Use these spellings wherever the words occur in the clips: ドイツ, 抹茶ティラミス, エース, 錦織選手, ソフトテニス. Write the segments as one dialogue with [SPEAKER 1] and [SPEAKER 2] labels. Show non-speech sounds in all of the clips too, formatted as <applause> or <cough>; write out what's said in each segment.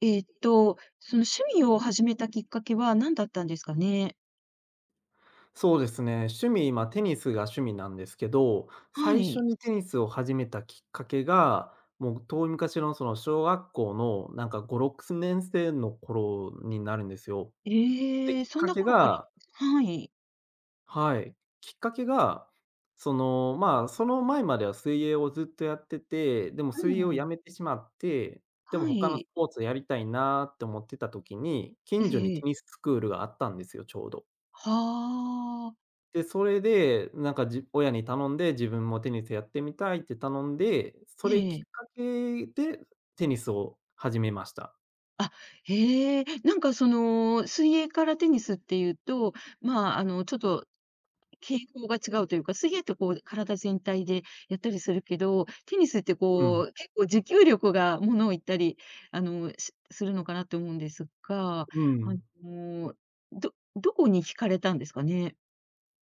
[SPEAKER 1] その趣味を始めたきっかけは何だったんですかね？
[SPEAKER 2] そうですね。趣味、今テニスが趣味なんですけど、
[SPEAKER 1] は
[SPEAKER 2] 最初
[SPEAKER 1] い。
[SPEAKER 2] にテニスを始めたきっかけが、もう遠い昔のその小学校のなんか5、6年生の頃になるんですよ。で、
[SPEAKER 1] ええ、
[SPEAKER 2] きっ
[SPEAKER 1] そん
[SPEAKER 2] か
[SPEAKER 1] な
[SPEAKER 2] け
[SPEAKER 1] 頃から。
[SPEAKER 2] が
[SPEAKER 1] はい。
[SPEAKER 2] はい。きっかけが、その、まあ、その前までは水泳をずっとやってて、でも
[SPEAKER 1] う
[SPEAKER 2] 水泳をや
[SPEAKER 1] ん。
[SPEAKER 2] めてしまって、でも
[SPEAKER 1] は
[SPEAKER 2] 他のス
[SPEAKER 1] い。
[SPEAKER 2] ポーツやりたいなって思ってた時に、近所にテ
[SPEAKER 1] え
[SPEAKER 2] ニ
[SPEAKER 1] え。
[SPEAKER 2] ススクールがあったんですよ、ちょうど。
[SPEAKER 1] はあ。
[SPEAKER 2] で、それで、なんか、親に頼んで、自分もテニスやってみたいって頼んで、そ
[SPEAKER 1] え
[SPEAKER 2] れきっ
[SPEAKER 1] え。
[SPEAKER 2] かけでテニスを始めました。
[SPEAKER 1] あ、へえ。なんかその、水泳からテニスっていうと、まあ、ちょっと傾向が違うというか、水泳ってこう体全体でやったりするけど、テニスって
[SPEAKER 2] うん。
[SPEAKER 1] こう、結構持久力がものを言ったり、するのかなと思うんですが、
[SPEAKER 2] う
[SPEAKER 1] あ
[SPEAKER 2] ん。
[SPEAKER 1] の、どこに惹かれたんですかね？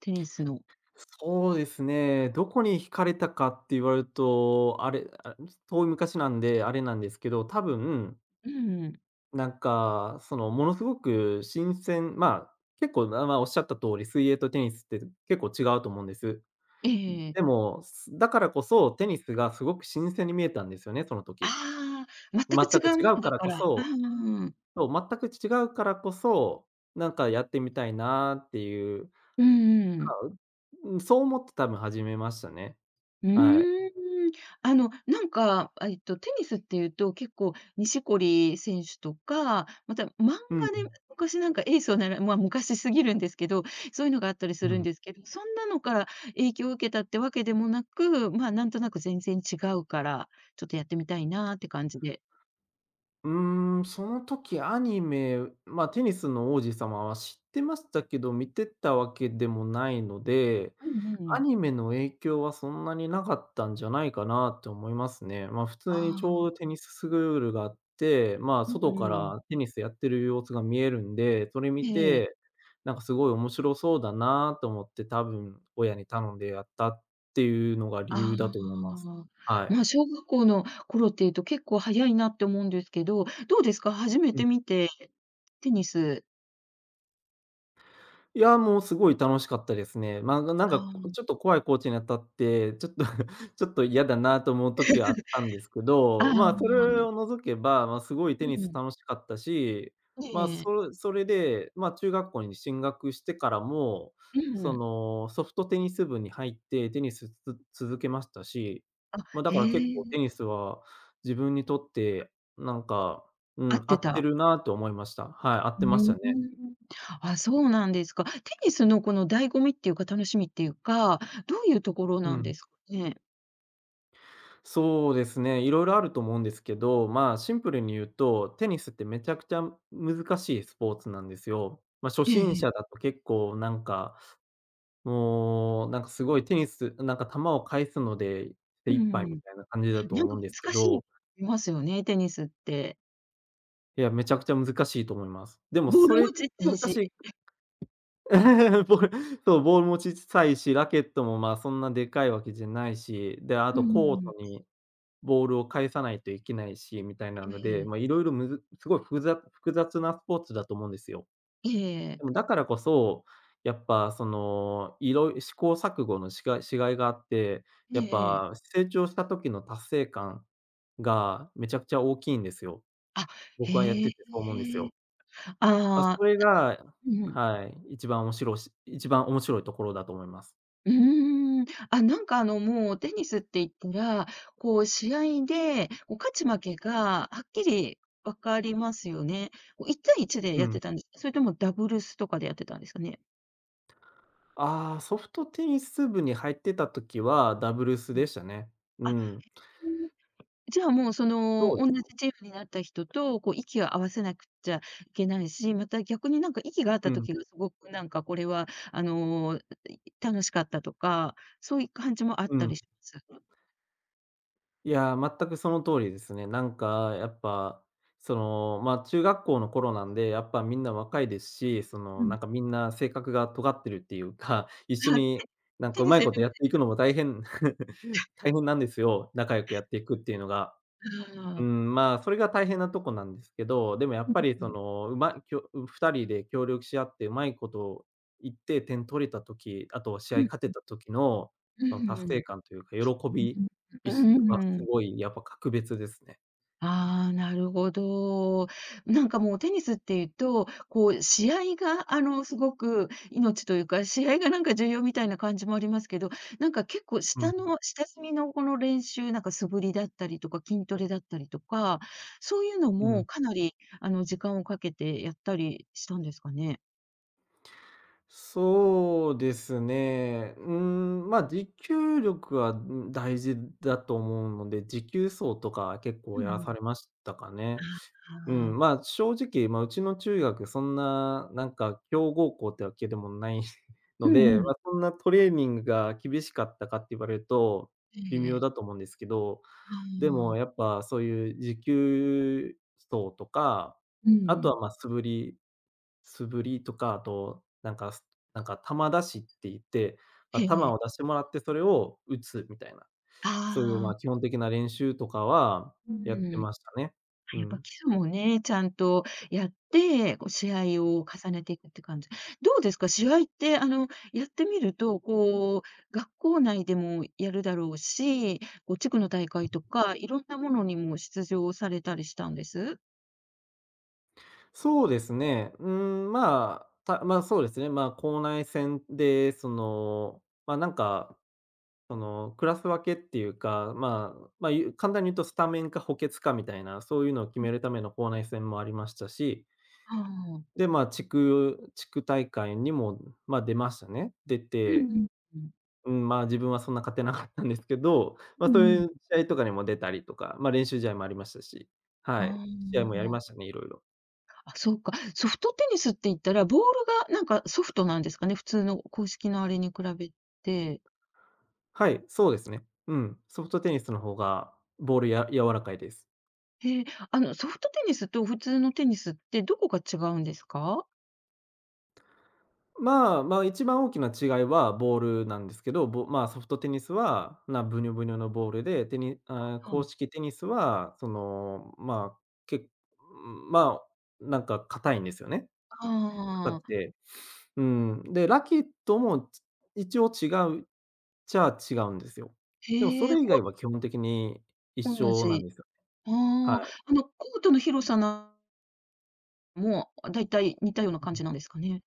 [SPEAKER 1] テニスの。
[SPEAKER 2] そうですね、どこに惹かれたかって言われると、あれ、あ、遠い昔なんで、あれなんですけど、多分、
[SPEAKER 1] うん。
[SPEAKER 2] なんか、その、ものすごく新鮮まあ、結構、まあ、おっしゃった通り、水泳とテニスって結構違うと思うんです。
[SPEAKER 1] ええ。
[SPEAKER 2] でも、だからこそ、テニスがすごく新鮮に見えたんですよね、その時。
[SPEAKER 1] ああ、全く
[SPEAKER 2] 全
[SPEAKER 1] 違
[SPEAKER 2] く
[SPEAKER 1] うも
[SPEAKER 2] 違う
[SPEAKER 1] の
[SPEAKER 2] か
[SPEAKER 1] だ
[SPEAKER 2] ら
[SPEAKER 1] か
[SPEAKER 2] こ
[SPEAKER 1] ら。あ
[SPEAKER 2] そ
[SPEAKER 1] あ、
[SPEAKER 2] そう、全く違うからこそ、なんかやってみたいなっていう
[SPEAKER 1] うんう
[SPEAKER 2] か、
[SPEAKER 1] ん。
[SPEAKER 2] うん、そう思って多分始めましたね。
[SPEAKER 1] うー
[SPEAKER 2] はい。
[SPEAKER 1] ん。なんか、あ、テニスっていうと、結構、錦織選手とか、また漫画で
[SPEAKER 2] うん。
[SPEAKER 1] 昔なんかエースをならまあ、昔すぎるんですけど、そういうのがあったりす
[SPEAKER 2] う
[SPEAKER 1] るん
[SPEAKER 2] ん。
[SPEAKER 1] ですけど、そんなのから影響を受けたってわけでもなく、まあ、なんとなく全然違うから、ちょっとやってみたいなって感じで。
[SPEAKER 2] うーん、その時アニメ、まあ、テニスの王子様は知ってましたけど、見てたわけでもないので、
[SPEAKER 1] うんう
[SPEAKER 2] ア
[SPEAKER 1] ん。
[SPEAKER 2] ニメの影響はそんなになかったんじゃないかなと思いますね。まあ、普
[SPEAKER 1] あ
[SPEAKER 2] 通にちょうど
[SPEAKER 1] あ、
[SPEAKER 2] テニススクールがあって、まあ、
[SPEAKER 1] うん
[SPEAKER 2] 外か
[SPEAKER 1] うん。
[SPEAKER 2] らテニスやってる様子が見えるんで、それ見
[SPEAKER 1] え
[SPEAKER 2] て、
[SPEAKER 1] え。
[SPEAKER 2] なんかすごい面白そうだなと思って多分親に頼んでやったっていうのが理
[SPEAKER 1] あ
[SPEAKER 2] 由だと思います。
[SPEAKER 1] あ、
[SPEAKER 2] はい。
[SPEAKER 1] まあ、小学校の頃っていうと結構早いなって思うんですけど、どうですか？始めてみて、テニス。
[SPEAKER 2] いや、もうすごい楽しかったですね。まあ、なん
[SPEAKER 1] あ
[SPEAKER 2] かちょっ
[SPEAKER 1] あ。
[SPEAKER 2] と怖いコーチに当たって、ちょっと <laughs> ちょっと嫌だなと思う時はあっ
[SPEAKER 1] <laughs>
[SPEAKER 2] たんですけ
[SPEAKER 1] あ
[SPEAKER 2] ど、まあ、そ
[SPEAKER 1] あ、
[SPEAKER 2] れを除けば、まあ、すごいテ
[SPEAKER 1] う
[SPEAKER 2] ニス
[SPEAKER 1] ん。
[SPEAKER 2] 楽しかったし、
[SPEAKER 1] え
[SPEAKER 2] まあ、
[SPEAKER 1] え、
[SPEAKER 2] それで、まあ、中学校に進学してからも、
[SPEAKER 1] う
[SPEAKER 2] そ
[SPEAKER 1] ん。
[SPEAKER 2] の、ソフトテニス部に入ってテニスつ続けましたし、
[SPEAKER 1] あ、
[SPEAKER 2] まあ、だ
[SPEAKER 1] へ
[SPEAKER 2] から結
[SPEAKER 1] え、
[SPEAKER 2] 構テニスは自分にとって、なんか、う
[SPEAKER 1] 合
[SPEAKER 2] ん、
[SPEAKER 1] っ
[SPEAKER 2] 合
[SPEAKER 1] て
[SPEAKER 2] って
[SPEAKER 1] た。
[SPEAKER 2] るなと思いました。はい、合っ
[SPEAKER 1] う
[SPEAKER 2] てました
[SPEAKER 1] ー
[SPEAKER 2] ね。
[SPEAKER 1] ん。あ、そうなんですか。テニスのこの醍醐味っていうか、楽しみっていうか、どういうところ
[SPEAKER 2] う
[SPEAKER 1] なん
[SPEAKER 2] ん。
[SPEAKER 1] ですかね？
[SPEAKER 2] そうですね、いろいろあると思うんですけど、まあ、シンプルに言うと、テニスってめちゃくちゃ難しいスポーツなんですよ。まあ、初
[SPEAKER 1] ええ
[SPEAKER 2] 心
[SPEAKER 1] え
[SPEAKER 2] 者だ
[SPEAKER 1] え。
[SPEAKER 2] と結構なんか、もう、なんかすごいテニスなんか球を返すので精
[SPEAKER 1] う
[SPEAKER 2] 一杯み
[SPEAKER 1] ん。
[SPEAKER 2] たいな感じだと
[SPEAKER 1] なん
[SPEAKER 2] 思う
[SPEAKER 1] か
[SPEAKER 2] んですけ
[SPEAKER 1] 難し
[SPEAKER 2] ど、
[SPEAKER 1] いますよね、テニスって。
[SPEAKER 2] いや、めちゃくちゃ難しいと思います。でも
[SPEAKER 1] ボー
[SPEAKER 2] そ
[SPEAKER 1] ルも
[SPEAKER 2] れ
[SPEAKER 1] ちっちゃ
[SPEAKER 2] 難
[SPEAKER 1] い
[SPEAKER 2] し
[SPEAKER 1] し。
[SPEAKER 2] い <laughs> ボールそう、ボールも小さいし、ラケットもまあ、そんなでかいわけじゃないし、で、あ
[SPEAKER 1] う
[SPEAKER 2] とコート
[SPEAKER 1] ん。
[SPEAKER 2] にボールを返さないといけないし、みたいな
[SPEAKER 1] え
[SPEAKER 2] ので、まあ、
[SPEAKER 1] え。
[SPEAKER 2] いろいろむずすごいふざ複雑なスポーツだと思うんですよ。
[SPEAKER 1] えええ
[SPEAKER 2] でも
[SPEAKER 1] え。
[SPEAKER 2] だからこそ、やっぱその、いろい試行錯誤のしがいがあって、
[SPEAKER 1] え
[SPEAKER 2] やっ
[SPEAKER 1] えええ。
[SPEAKER 2] ぱ成長した時の達成感がめちゃくちゃ大きいんですよ。
[SPEAKER 1] あ、
[SPEAKER 2] 僕はやっ
[SPEAKER 1] へ
[SPEAKER 2] ててそう思うんです
[SPEAKER 1] え。
[SPEAKER 2] よ。まあ、
[SPEAKER 1] あ
[SPEAKER 2] そ
[SPEAKER 1] あ、
[SPEAKER 2] れが
[SPEAKER 1] うん。
[SPEAKER 2] はい、一番面白いし一番面白いところだと思います。
[SPEAKER 1] うーん。あ、なんかもうテニスって言ったら、こう試合で、こう勝ち負けがはっきり分かりますよね。こう1対1で
[SPEAKER 2] う
[SPEAKER 1] やっ
[SPEAKER 2] ん。
[SPEAKER 1] てたんですか？それともダブルスとかでやってたんですかね？
[SPEAKER 2] ああ、ソフトテニス部に入ってた時はダブルス
[SPEAKER 1] うん。
[SPEAKER 2] でしたね。う
[SPEAKER 1] あ、
[SPEAKER 2] ん。
[SPEAKER 1] うん、じゃあもうそ
[SPEAKER 2] そ
[SPEAKER 1] の、
[SPEAKER 2] うで
[SPEAKER 1] おん
[SPEAKER 2] す。
[SPEAKER 1] なじチームになった人と、こう息を合わせなくっちゃいけないし、また逆になんか息が合っ
[SPEAKER 2] う
[SPEAKER 1] た
[SPEAKER 2] ん、
[SPEAKER 1] 時がすごくなんかこれは、楽しかったとか、そういう感じもあっ
[SPEAKER 2] う
[SPEAKER 1] た
[SPEAKER 2] ん。
[SPEAKER 1] りします。
[SPEAKER 2] いや、全くその通りですね。なんか、やっぱ、その、まあ、中学校の頃なんで、やっぱみんな若いですし、その、
[SPEAKER 1] うん。
[SPEAKER 2] なんかみんな性格が尖ってるっていうか、<laughs> 一緒
[SPEAKER 1] あ、
[SPEAKER 2] に
[SPEAKER 1] 手
[SPEAKER 2] なんか
[SPEAKER 1] 手
[SPEAKER 2] う
[SPEAKER 1] に
[SPEAKER 2] ま
[SPEAKER 1] す
[SPEAKER 2] い
[SPEAKER 1] る
[SPEAKER 2] ことやっていくのも大変 <laughs> 大変なんですよ、仲良くやっていくっていうのが。
[SPEAKER 1] あ
[SPEAKER 2] う
[SPEAKER 1] あ。
[SPEAKER 2] ん、まあ、それが大変なとこなんですけど、でもやっ
[SPEAKER 1] うん
[SPEAKER 2] ぱり
[SPEAKER 1] う
[SPEAKER 2] そ
[SPEAKER 1] ん。
[SPEAKER 2] の、うまきょ2人で協力し合ってうまいこと言って点取れた時、あと試合勝
[SPEAKER 1] う
[SPEAKER 2] てた時の、
[SPEAKER 1] ん、
[SPEAKER 2] その達
[SPEAKER 1] う
[SPEAKER 2] 成
[SPEAKER 1] ん。
[SPEAKER 2] 感というか、喜び
[SPEAKER 1] う
[SPEAKER 2] は
[SPEAKER 1] ん。う
[SPEAKER 2] すご
[SPEAKER 1] ーん。
[SPEAKER 2] いやっぱ格別ですね。
[SPEAKER 1] ああ、なるほど。なんかもうテニスっていうと、こう試合がすごく命というか、試合がなんか重要みたいな感じもありますけど、なんか結構
[SPEAKER 2] うん、
[SPEAKER 1] 下積みのこの練習、なんか素振りだったりとか、筋トレだったりとか、そういうの
[SPEAKER 2] うん。
[SPEAKER 1] もかなり時間をかけてやったりしたんですかね？
[SPEAKER 2] そうですね。うーん、まあ、持久力は、うん、大事だと思うので、持久走とか結
[SPEAKER 1] う
[SPEAKER 2] 構や
[SPEAKER 1] ん
[SPEAKER 2] ら
[SPEAKER 1] う
[SPEAKER 2] さ
[SPEAKER 1] ん。
[SPEAKER 2] れましたかね。
[SPEAKER 1] あ
[SPEAKER 2] う
[SPEAKER 1] あ、
[SPEAKER 2] ん、まあ、正直、まあ、うちの中学そんな、なんか強豪校ってわけでもない <laughs>
[SPEAKER 1] う
[SPEAKER 2] の
[SPEAKER 1] んう
[SPEAKER 2] で、
[SPEAKER 1] ん。
[SPEAKER 2] まあ、そんなトレーニングが厳しかったかって言われると、
[SPEAKER 1] え
[SPEAKER 2] 微妙
[SPEAKER 1] え。
[SPEAKER 2] だと思うんですけど、
[SPEAKER 1] あ
[SPEAKER 2] で
[SPEAKER 1] あ、
[SPEAKER 2] もやっぱそういう持久走とか、
[SPEAKER 1] う
[SPEAKER 2] あと
[SPEAKER 1] ん。
[SPEAKER 2] は、ま、素振りとか、あと、なんか、なんか球出しって言って、ま
[SPEAKER 1] え
[SPEAKER 2] あ、球
[SPEAKER 1] え。
[SPEAKER 2] を出してもらってそれを打つみたいな、そういう、
[SPEAKER 1] あ
[SPEAKER 2] まあ、
[SPEAKER 1] あ、
[SPEAKER 2] 基本的な練習とかは
[SPEAKER 1] う
[SPEAKER 2] やって
[SPEAKER 1] ん。
[SPEAKER 2] ましたね。う
[SPEAKER 1] やっぱ
[SPEAKER 2] ん。
[SPEAKER 1] 基礎もね、ちゃんとやって、こう試合を重ねていくって感じ。どうですか？試合って、やってみると、こう、学校内でもやるだろうし、こう地区の大会とか、いろんなものにも出場されたりしたんです？
[SPEAKER 2] そうですね。うん、まあ、まあ、そうですね、まあ、校内戦で、その、まあ、なんか、その、クラス分けっていうか、まあ、まあ、簡単に言うとスタメンか補欠かみたいな、そういうのを決めるための校内戦もありましたし、
[SPEAKER 1] ああ、
[SPEAKER 2] で、まあ、地区大会にも、まあ、出ましたね。出
[SPEAKER 1] うんう
[SPEAKER 2] て、
[SPEAKER 1] ん。
[SPEAKER 2] うん、まあ、自分はそんな勝てなかったんですけど、まあ、
[SPEAKER 1] う
[SPEAKER 2] そう
[SPEAKER 1] んう
[SPEAKER 2] いう
[SPEAKER 1] ん。
[SPEAKER 2] 試合とかにも出たりとか、まあ、練習試合もありましたし、はい、試合も
[SPEAKER 1] あ
[SPEAKER 2] やりましたね、色々。
[SPEAKER 1] あ、あ、そうか。ソフトテニスって言ったら、ボールがなんかソフトなんですかね？普通の公式のあれに比べて。
[SPEAKER 2] はい、そうですね。うん、ソフトテニスの方がボールや柔らかいです。
[SPEAKER 1] へえ、ソフトテニスと普通のテニスってどこが違うんですか？
[SPEAKER 2] まあ、まあ、一番大きな違いはボールなんですけど、まあ、ソフトテニスは、ブニョブニョのボールで、テニあー
[SPEAKER 1] は
[SPEAKER 2] 公
[SPEAKER 1] い。
[SPEAKER 2] 式テニスは、その、まあ、けまあ、なんか硬いんですよね。硬
[SPEAKER 1] あ
[SPEAKER 2] く
[SPEAKER 1] あ、
[SPEAKER 2] て。うん、で、ラケットも、一応違うっちゃ違うんですよ。でもそ
[SPEAKER 1] へえ、
[SPEAKER 2] れ以
[SPEAKER 1] こ
[SPEAKER 2] 外は基本的に一
[SPEAKER 1] う同
[SPEAKER 2] 緒なん
[SPEAKER 1] じ。
[SPEAKER 2] ですよ。は
[SPEAKER 1] ああ、
[SPEAKER 2] い。
[SPEAKER 1] コートの広さなも、だいたい似たような感じなんですかね？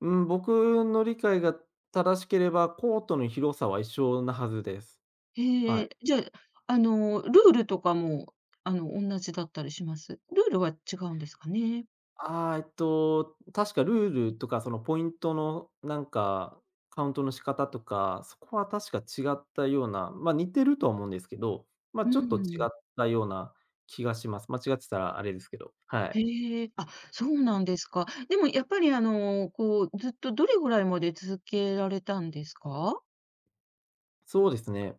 [SPEAKER 2] うん、僕の理解が正しければ、コートの広さは一緒なはずです。
[SPEAKER 1] へ
[SPEAKER 2] はい。
[SPEAKER 1] え、じゃあ、ルールとかも、同じだったりします？ルールは違うんですかね？
[SPEAKER 2] ああ、確かルールとか、そのポイントのなんか、カウントの仕方とか、そこは確か違ったような、ま、似てるとは思うんですけど、ま、
[SPEAKER 1] う
[SPEAKER 2] ちょっと違
[SPEAKER 1] ん。
[SPEAKER 2] ったような気がします。間違ってたらあれですけど、はい。
[SPEAKER 1] へえ、あ、そうなんですか。でもやっぱり、こう、ずっとどれぐらいまで続けられたんですか？
[SPEAKER 2] そうですね。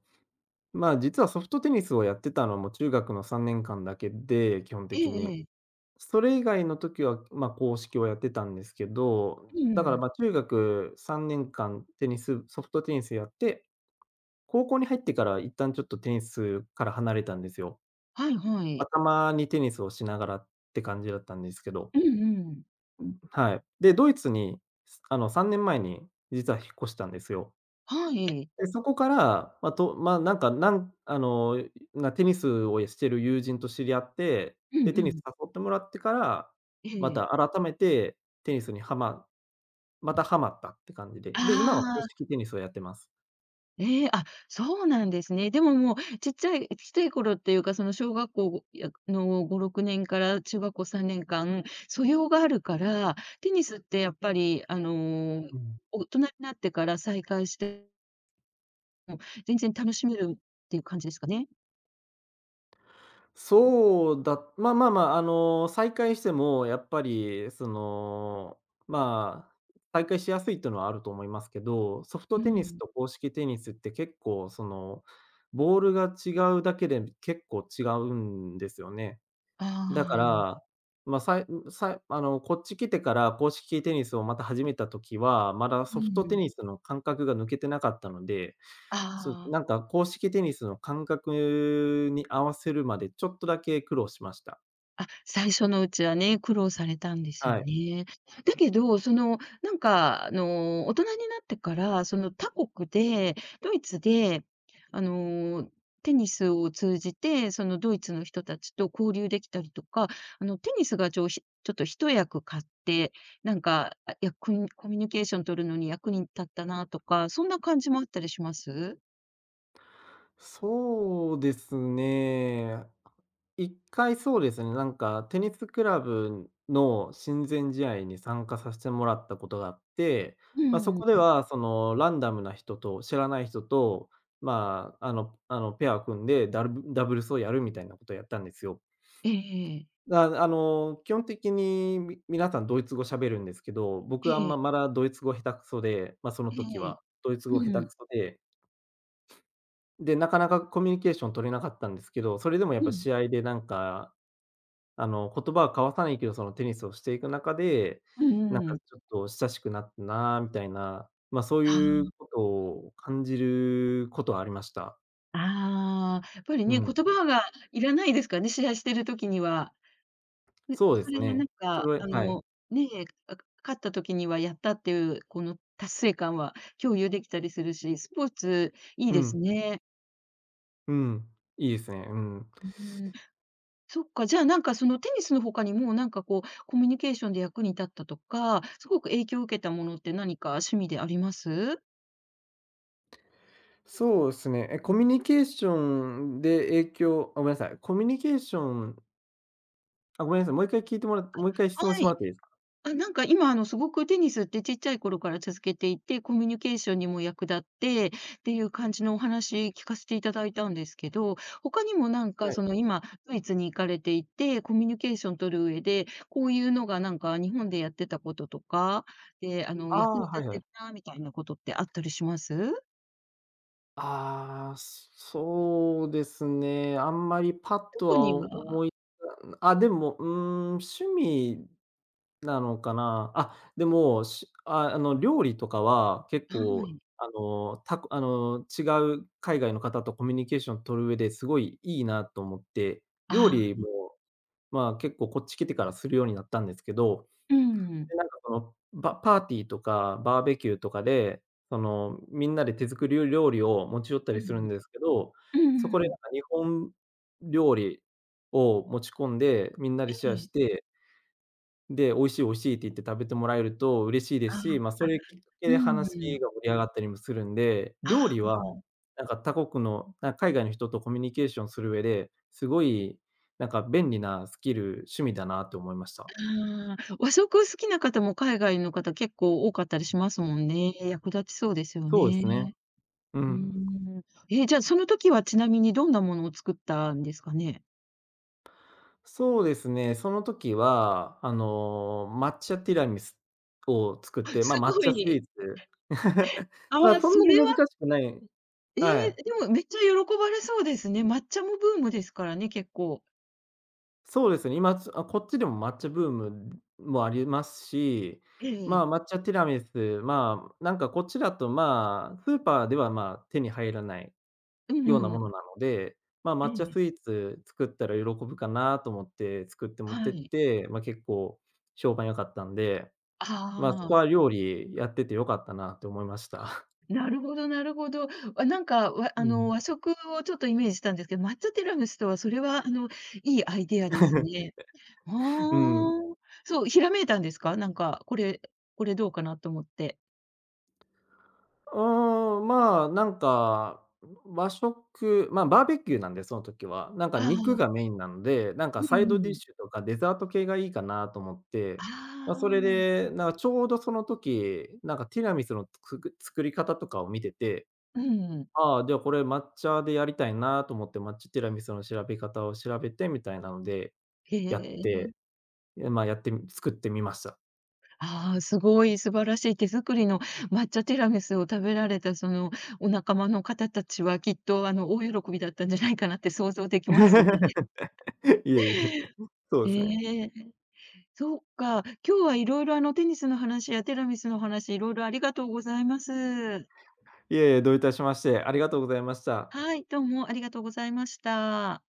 [SPEAKER 2] まあ、実はソフトテニスをやってたのも中学の3年間だけで、基本
[SPEAKER 1] ええ
[SPEAKER 2] 的に。
[SPEAKER 1] ええ。
[SPEAKER 2] それ以外の時は、まあ、硬式をやってたんですけど、
[SPEAKER 1] う
[SPEAKER 2] だから、
[SPEAKER 1] ん。
[SPEAKER 2] ま、中学3年間テニスソフトテニスやって、高校に入ってから一旦ちょっとテニスから離れたんですよ。
[SPEAKER 1] はいは
[SPEAKER 2] まあ、
[SPEAKER 1] い。
[SPEAKER 2] たまにテニスをしながらって感じだったんですけど。
[SPEAKER 1] うんうん。
[SPEAKER 2] はい。で、ドイツに、あの、3年前に実は引っ越したんですよ。
[SPEAKER 1] はい。
[SPEAKER 2] で、そこから、ま、なんか、なんあの、なテニスをしてる友人と知り合って、
[SPEAKER 1] うん
[SPEAKER 2] で、
[SPEAKER 1] う
[SPEAKER 2] テニス
[SPEAKER 1] ん。
[SPEAKER 2] 誘ってもらってから、
[SPEAKER 1] え
[SPEAKER 2] ま
[SPEAKER 1] え。
[SPEAKER 2] た改めてテニスにまたハマったって感じで、
[SPEAKER 1] あ
[SPEAKER 2] で、今は公
[SPEAKER 1] あ、
[SPEAKER 2] 式テニスをやってます。
[SPEAKER 1] ええ、あ、そうなんですね。でももうちっちゃいちっちゃい頃っていうか、その小学校やの5、6年から中学校3年間、素養があるから、テニスってやっぱり
[SPEAKER 2] うん。
[SPEAKER 1] 大人になってから再開しても、全然楽しめるっていう感じですかね？
[SPEAKER 2] そうだまあまあまあ、あの、再開してもやっぱり、その、まあ、再開しやすいっていうのはあると思いますけど、ソフト
[SPEAKER 1] う
[SPEAKER 2] テニス
[SPEAKER 1] ん。
[SPEAKER 2] と公式テニスって結構その、ボールが違うだけで結構違うんですよね。
[SPEAKER 1] あ
[SPEAKER 2] だか
[SPEAKER 1] あ。
[SPEAKER 2] ら、まあ、さいさいこっち来てから公式テニスをまた始めた時は、まだ
[SPEAKER 1] う
[SPEAKER 2] ソフトテ
[SPEAKER 1] ん。
[SPEAKER 2] ニスの感覚が抜けてなかったので、
[SPEAKER 1] あ
[SPEAKER 2] そう、
[SPEAKER 1] あ。
[SPEAKER 2] なんか公式テニスの感覚に合わせるまでちょっとだけ苦労しました。
[SPEAKER 1] あ、最初のうちはね、苦労されたんですよ
[SPEAKER 2] はい。
[SPEAKER 1] ね。だけど、その、なんか、大人になってから、その他国で、ドイツで、あの、テニスを通じて、そのドイツの人たちと交流できたりとか、テニスがちょっと一役買って、なんか、あ、コミュニケーション取るのに役に立ったなとか、そんな感じもあったりします？
[SPEAKER 2] そうですね。一回そうですね、なんかテニスクラブの親善試合に参加させてもらったことがあって、
[SPEAKER 1] う
[SPEAKER 2] まあ、そ
[SPEAKER 1] ん。
[SPEAKER 2] こではそのランダムな人と知らない人と、まあ、あのペアを組んで、ダブルスをやるみたいなことをやったんですよ。
[SPEAKER 1] ええええ。
[SPEAKER 2] だ、あの、基本的に皆さんドイツ語喋るんですけど、僕はあんま、まだドイツ語下手くそで、まあ、その
[SPEAKER 1] え
[SPEAKER 2] 時
[SPEAKER 1] え、え
[SPEAKER 2] は
[SPEAKER 1] え。
[SPEAKER 2] ドイツ語下手
[SPEAKER 1] うん。
[SPEAKER 2] くそでで、なかなかコミュニケーション取れなかったんですけど、それでもやっ
[SPEAKER 1] う
[SPEAKER 2] ぱ
[SPEAKER 1] ん。
[SPEAKER 2] 試合でなんか、あの、言葉は交わさないけど、そのテニスをしていく中で、
[SPEAKER 1] うんうんう
[SPEAKER 2] なん
[SPEAKER 1] んう
[SPEAKER 2] か
[SPEAKER 1] ん。
[SPEAKER 2] ちょっと親しくなったなみたいな、ま、そういうことを感じることはありました。
[SPEAKER 1] ああ、やっぱり
[SPEAKER 2] う
[SPEAKER 1] ね、
[SPEAKER 2] ん。
[SPEAKER 1] 言葉がいらないですからね、シェアしてる時には。ね、
[SPEAKER 2] そうで
[SPEAKER 1] そ
[SPEAKER 2] す
[SPEAKER 1] れでな
[SPEAKER 2] ね。
[SPEAKER 1] ん
[SPEAKER 2] そ
[SPEAKER 1] か、
[SPEAKER 2] れははい。
[SPEAKER 1] ねえ、あ、勝った時にはやったっていうこの達成感は共有できたりするし、スポーツいい
[SPEAKER 2] う
[SPEAKER 1] です
[SPEAKER 2] ん、
[SPEAKER 1] ね。
[SPEAKER 2] うん。いいですね。うん。
[SPEAKER 1] うーん、そっか、じゃあなんかそのテニスの他にもなんかこう、コミュニケーションで役に立ったとか、すごく影響を受けたものって何か趣味であります？
[SPEAKER 2] そうですね。コミュニケーションで影響あ、ごめんなさい。コミュニケーションあ、ごめんなさい、もう一回質
[SPEAKER 1] は
[SPEAKER 2] 問しても
[SPEAKER 1] い。
[SPEAKER 2] らっていいですか？
[SPEAKER 1] あ、なんか今、すごくテニスってちっちゃい頃から続けていて、コミュニケーションにも役立ってっていう感じのお話聞かせていただいたんですけど、他にもなんか
[SPEAKER 2] は
[SPEAKER 1] そ
[SPEAKER 2] い。
[SPEAKER 1] の今ドイツに行かれていて、コミュニケーション取る上で、こういうのがなんか日本でやってたこととか、で、
[SPEAKER 2] あ
[SPEAKER 1] 役に
[SPEAKER 2] あ、
[SPEAKER 1] 立
[SPEAKER 2] は
[SPEAKER 1] っ
[SPEAKER 2] いは
[SPEAKER 1] て
[SPEAKER 2] い。
[SPEAKER 1] るなみたいなことってあったりします？
[SPEAKER 2] ああ、そうですね。あんまりパッと
[SPEAKER 1] 特に
[SPEAKER 2] は
[SPEAKER 1] は、
[SPEAKER 2] 思いあ、でも、趣味なのかな。あ、でも、しあ、あの、料理とかは結
[SPEAKER 1] は
[SPEAKER 2] 構、
[SPEAKER 1] い。
[SPEAKER 2] あの、違う海外の方とコミュニケーション取る上ですごいいいなと思って、料
[SPEAKER 1] ああ、
[SPEAKER 2] 理も、まあ、結構こっち来てからするようになったんですけど、
[SPEAKER 1] うん。
[SPEAKER 2] で、なんかその、パーティーとかバーベキューとかで、その、みんなで手作り料理を持ち寄った
[SPEAKER 1] う
[SPEAKER 2] りするん
[SPEAKER 1] ん。
[SPEAKER 2] ですけど、
[SPEAKER 1] う
[SPEAKER 2] そこ
[SPEAKER 1] んう
[SPEAKER 2] でな
[SPEAKER 1] ん。
[SPEAKER 2] んか日本料理を持ち込んで、みんなで
[SPEAKER 1] え
[SPEAKER 2] シェアし
[SPEAKER 1] え。
[SPEAKER 2] て、で、美味しい、美味しいって言って食べてもらえると嬉しいで
[SPEAKER 1] あ
[SPEAKER 2] す
[SPEAKER 1] あ、
[SPEAKER 2] し、ま、そ
[SPEAKER 1] あ、
[SPEAKER 2] れきっかけ
[SPEAKER 1] う
[SPEAKER 2] で話
[SPEAKER 1] ん。
[SPEAKER 2] が盛り上がったりもするんで、料
[SPEAKER 1] ああ、
[SPEAKER 2] 理
[SPEAKER 1] うん、あ。
[SPEAKER 2] はなんか他国の、海外の人とコミュニケーションする上で、すごいなんか便利なスキル、趣味だなと思いました。
[SPEAKER 1] ああ、和食好きな方も海外の方結構多かったりしますもんね。役立ちそうですよ
[SPEAKER 2] そうですね。
[SPEAKER 1] ね。
[SPEAKER 2] う
[SPEAKER 1] うー
[SPEAKER 2] ん。
[SPEAKER 1] ん。え、じゃあその時はちなみにどんなものを作ったんですかね？
[SPEAKER 2] そうですね、その時は、あの、抹茶ティラミスを作っ
[SPEAKER 1] あ
[SPEAKER 2] て、まあ、
[SPEAKER 1] す
[SPEAKER 2] 抹
[SPEAKER 1] ご
[SPEAKER 2] 茶スイ
[SPEAKER 1] い。
[SPEAKER 2] ーツ。<laughs>
[SPEAKER 1] あ
[SPEAKER 2] まあ、
[SPEAKER 1] あ、
[SPEAKER 2] そん
[SPEAKER 1] そ
[SPEAKER 2] なに
[SPEAKER 1] れ
[SPEAKER 2] 難
[SPEAKER 1] は
[SPEAKER 2] しくない
[SPEAKER 1] え
[SPEAKER 2] はい。
[SPEAKER 1] でもめっちゃ喜ばれそうですね。抹茶もブームですからね、結構。
[SPEAKER 2] そうですね、今、あ、こっちでも抹茶ブームもありますし、
[SPEAKER 1] え
[SPEAKER 2] まあ、
[SPEAKER 1] え。
[SPEAKER 2] 抹茶ティラミス、まあ、なんかこっちだと、まあ、スーパーでは、ま、手に入らない
[SPEAKER 1] う
[SPEAKER 2] ような
[SPEAKER 1] んう
[SPEAKER 2] も
[SPEAKER 1] ん。
[SPEAKER 2] のなので、まあ、
[SPEAKER 1] え
[SPEAKER 2] 抹茶
[SPEAKER 1] え。
[SPEAKER 2] スイーツ作ったら喜ぶかなと思って作って持っ
[SPEAKER 1] は
[SPEAKER 2] てっ
[SPEAKER 1] い。
[SPEAKER 2] て、まあ、結構評判良かったんで、まあ、そ
[SPEAKER 1] あ
[SPEAKER 2] こ
[SPEAKER 1] あ、
[SPEAKER 2] は料理やってて良かったなって思いました。
[SPEAKER 1] なるほどなるほど。あ、なんか、わ
[SPEAKER 2] <laughs> う
[SPEAKER 1] あの、
[SPEAKER 2] ん。
[SPEAKER 1] 和食をちょっとイメージしたんですけど、抹茶ティラミスとはそれはいいアイデアです
[SPEAKER 2] <laughs>
[SPEAKER 1] ね。あ
[SPEAKER 2] うん。
[SPEAKER 1] あ、そう、ひらめいたんですか？なんか、これどうかなと思って。
[SPEAKER 2] うーん、まあ、なんか、和食、まあ、バーベキューなんで、その時は。なんか
[SPEAKER 1] あ
[SPEAKER 2] 肉が
[SPEAKER 1] あ、
[SPEAKER 2] メインなので、なん
[SPEAKER 1] う
[SPEAKER 2] かサイ
[SPEAKER 1] ん
[SPEAKER 2] ドデ
[SPEAKER 1] う
[SPEAKER 2] ィッシ
[SPEAKER 1] ん。
[SPEAKER 2] ュとかデザート系がいいかなと思って、まあ、それ
[SPEAKER 1] あ
[SPEAKER 2] で、なんかちょうどその時、なんかティラミスの作り方とかを見てて、
[SPEAKER 1] あ、うん。
[SPEAKER 2] ああ、じゃあこれ抹茶でやりたいなと思って、抹茶ティラミスの調べ方を調べてみたいなので、
[SPEAKER 1] へ
[SPEAKER 2] やっ
[SPEAKER 1] え。
[SPEAKER 2] て、まあやってみ作ってみました。
[SPEAKER 1] ああ、すごい素晴らしい手作りの抹茶ティラミスを食べられた、その、お仲間の方たちは、きっと、大喜びだったんじゃないかなって想像できますね。<laughs>
[SPEAKER 2] <laughs> いえいえ、そうですね。
[SPEAKER 1] ええ、そうか。今日は色々、テニスの話やティラミスの話、色々ありがとうございます。
[SPEAKER 2] いえいえ、どういたしまして、ありがとうございました。
[SPEAKER 1] はい、どうもありがとうございました。